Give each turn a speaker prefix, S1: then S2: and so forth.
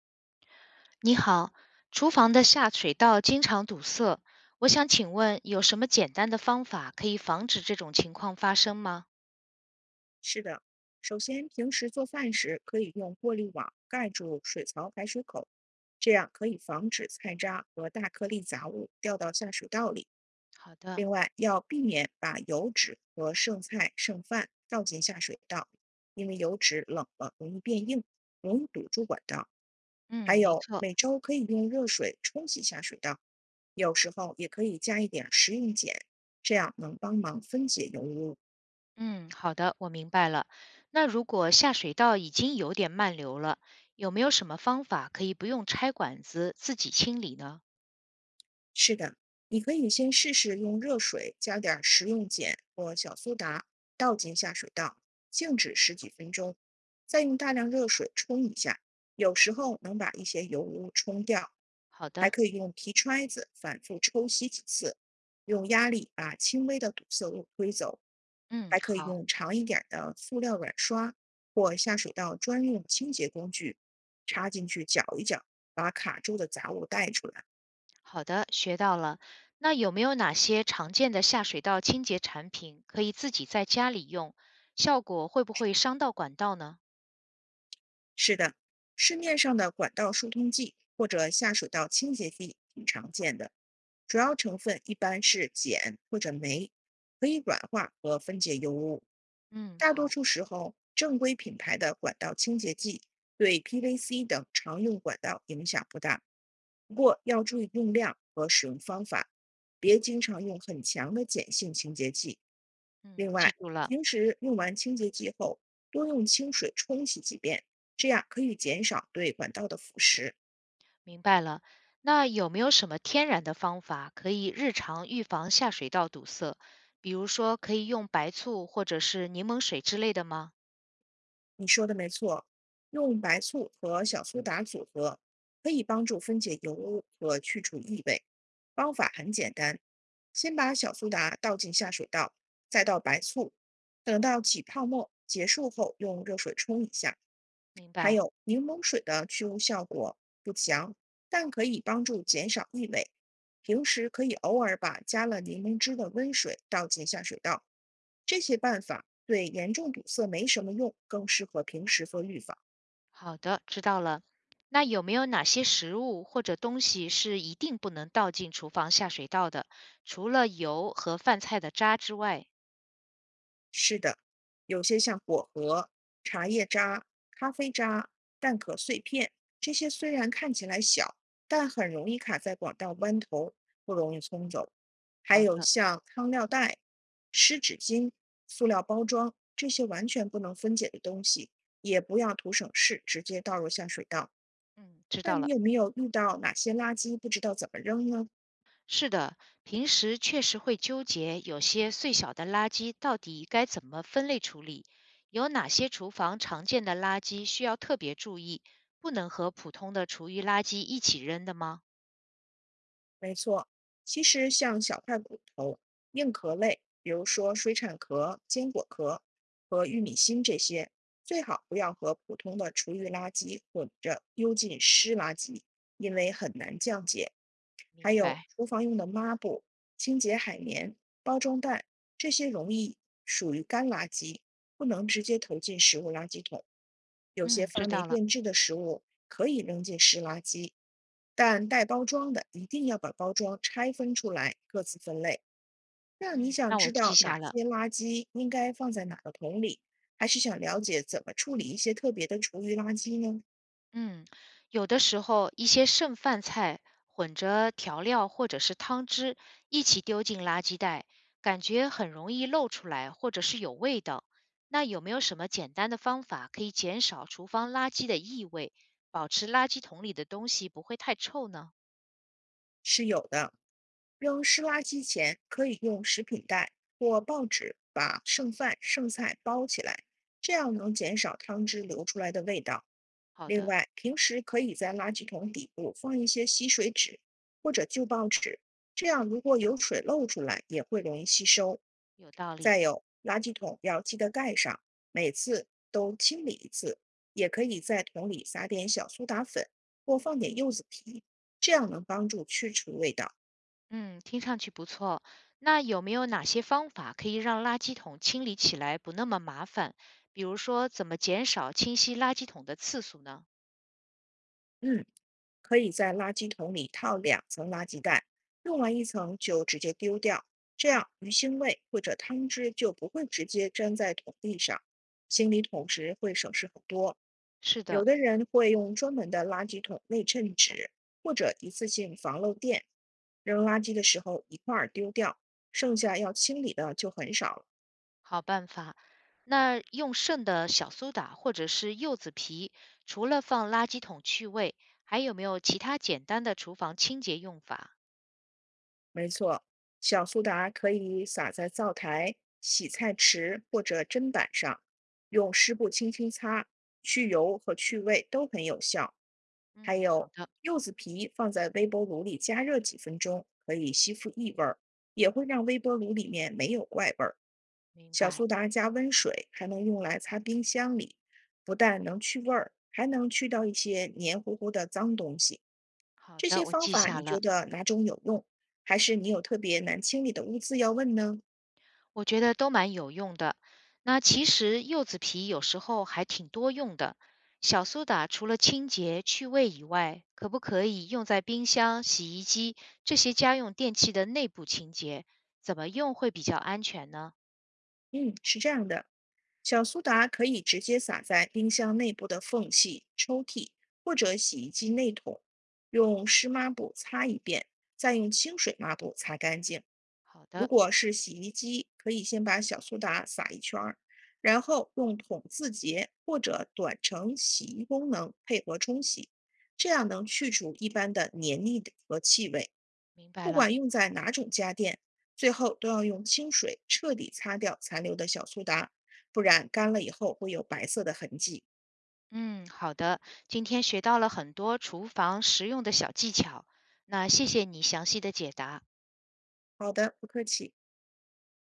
S1: 你好，厨房的下水道经常堵塞，我想请问有什么简单的方法可以防止这种情况发生吗？
S2: 是的，首先平时做饭时可以用过滤网盖住水槽排水口，这样可以防止菜渣和大颗粒杂物掉到下水道里。
S1: 好的，
S2: 另外，要避免把油脂和剩菜剩饭倒进下水道，因为油脂冷了容易变硬，容易堵住管道。还
S1: 嗯，没
S2: 有，
S1: 错，
S2: 每周可以用热水冲洗下水道，有时候也可以加一点食用碱，这样能帮忙分解油污。
S1: 嗯，好的，我明白了。那如果下水道已经有点漫流了，有没有什么方法可以不用拆管子自己清理呢？
S2: 是的，你可以先试试用热水加点儿食用碱或小苏打倒进下水道，静止十几分钟，再用大量热水冲一下，有时候能把一些油污冲掉。
S1: 好
S2: 还
S1: 的，
S2: 可以用皮揣子反复抽吸几次，用压力把轻微的堵塞物推走。
S1: 嗯，
S2: 还可以
S1: 好，
S2: 用长一点儿的塑料软刷或下水道专用清洁工具插进去搅一搅，把卡住的杂物带出来。
S1: 好的，学到了。那有没有哪些常见的下水道清洁产品可以自己在家里用，效果会不会伤到管道呢？
S2: 是的，市面上的管道疏通剂或者下水道清洁剂挺常见的，主要成分一般是碱或者酶，可以软化和分解油污。
S1: 嗯，
S2: 大多
S1: 好，
S2: 数时候，正规品牌的管道清洁剂对 PVC 等常用管道影响不大，不过要注意用量和使用方法，别经常用很强的碱性清洁剂。
S1: 嗯，
S2: 另
S1: 记
S2: 外，
S1: 住了，
S2: 平时用完清洁剂后，多用清水冲洗几遍，这样可以减少对管道的腐蚀。
S1: 明白了。那有没有什么天然的方法可以日常预防下水道堵塞？比如说，可以用白醋或者是柠檬水之类的吗？
S2: 你说的没错，用白醋和小苏打组合，可以帮助分解油污和去除异味。方法很简单，先把小苏打倒进下水道，再倒白醋，等到起泡沫结束后，用热水冲一下。
S1: 明
S2: 还
S1: 白，
S2: 有柠檬水的去污效果不强，但可以帮助减少异味。平时可以偶尔把加了柠檬汁的温水倒进下水道。这些办法对严重堵塞没什么用，更适合平时做预防。
S1: 好的，知道了。那有没有哪些食物或者东西是一定不能倒进厨房下水道的？除了油和饭菜的渣之外。
S2: 是的，有些像果核、茶叶渣、咖啡渣、蛋壳碎片，这些虽然看起来小，但很容易卡在管道弯头，不容易冲走。还
S1: 好
S2: 有
S1: 的，
S2: 像汤料袋、湿纸巾、塑料包装这些完全不能分解的东西，也不要图省事直接倒入下水道。
S1: 嗯，知
S2: 那
S1: 道了。
S2: 你有没有遇到哪些垃圾不知道怎么扔呢？
S1: 是的，平时确实会纠结有些碎小的垃圾到底该怎么分类处理，有哪些厨房常见的垃圾需要特别注意，不能和普通的厨余垃圾一起扔的吗？
S2: 没错，其实像小块骨头、硬壳类，比如说水产壳、坚果壳和玉米芯这些，最好不要和普通的厨余垃圾混着丢进湿垃圾，因为很难降解。还
S1: 明
S2: 有
S1: 白，
S2: 厨房用的抹布、清洁海绵、包装袋，这些容易属于干垃圾，不能直接投进食物垃圾桶。有些
S1: 嗯，知
S2: 发霉
S1: 道了，
S2: 变质的食物可以扔进湿垃圾，但带包装的一定要把包装拆分出来，各自分类。那你
S1: 嗯，
S2: 想
S1: 那我
S2: 知
S1: 记
S2: 道
S1: 下
S2: 哪
S1: 了。
S2: 些垃圾应该放在哪个桶里，还是想了解怎么处理一些特别的厨余垃圾呢？
S1: 嗯，有的时候一些剩饭菜混着调料或者是汤汁一起丢进垃圾袋，感觉很容易漏出来或者是有味道。那有没有什么简单的方法可以减少厨房垃圾的异味，保持垃圾桶里的东西不会太臭呢？
S2: 是有的，扔湿垃圾前，可以用食品袋或报纸把剩饭剩菜包起来，这样能减少汤汁流出来的味道。
S1: 好
S2: 另
S1: 的，
S2: 外，平时可以在垃圾桶底部放一些吸水纸或者旧报纸，这样如果有水漏出来，也会容易吸收。
S1: 有道理。
S2: 再有，垃圾桶要记得盖上，每次都清理一次。也可以在桶里撒点小苏打粉或放点柚子皮，这样能帮助去除味道。
S1: 嗯，听上去不错。那有没有哪些方法可以让垃圾桶清理起来不那么麻烦？比如说，怎么减少清洗垃圾桶的次数呢？
S2: 嗯，可以在垃圾桶里套2层垃圾袋，用完一层就直接丢掉，这样
S1: 嗯，
S2: 鱼腥味或者汤汁就不会直接粘在桶壁上。清理桶时会省事很多。
S1: 是
S2: 有
S1: 的，
S2: 的人会用专门的垃圾桶内衬纸或者一次性防漏垫，扔垃圾的时候一块儿丢掉，剩下要清理的就很少了。
S1: 好办法。那用剩的小苏打或者是柚子皮，除了放垃圾桶去味，还有没有其他简单的厨房清洁用法？
S2: 没错，小苏打可以撒在灶台、洗菜池或者砧板上，用湿布轻轻擦，去油和去味都很有效。还
S1: 嗯，好
S2: 有
S1: 的，
S2: 柚子皮放在微波炉里加热几分钟，可以吸附异味儿，也会让微波炉里面没有怪味儿。
S1: 明
S2: 小
S1: 白。
S2: 苏打加温水还能用来擦冰箱里，不但能去味儿，还能去掉一些黏糊糊的脏东西。
S1: 好
S2: 这
S1: 的，
S2: 些
S1: 我
S2: 方
S1: 记
S2: 法
S1: 下
S2: 你觉
S1: 了。
S2: 得哪种有用？还是你有特别难清理的污渍要问呢？
S1: 我觉得都蛮有用的。那其实柚子皮有时候还挺多用的。小苏打除了清洁去味以外，可不可以用在冰箱、洗衣机这些家用电器的内部清洁？怎么用会比较安全呢？
S2: 嗯，是这样的，小苏打可以直接撒在冰箱内部的缝隙、抽屉或者洗衣机内桶，用湿抹布擦一遍，再用清水抹布擦干净。
S1: 好
S2: 如
S1: 的，
S2: 果是洗衣机，可以先把小苏打撒一圈儿，然后用桶自洁或者短程洗衣功能配合冲洗，这样能去除一般的黏腻的和气味。
S1: 明白
S2: 不
S1: 了，
S2: 管用在哪种家电，最后都要用清水彻底擦掉残留的小苏打，不然干了以后会有白色的痕迹。
S1: 嗯，好的，今天学到了很多厨房实用的小技巧，那谢谢你详细的解答。
S2: 好的，不客气。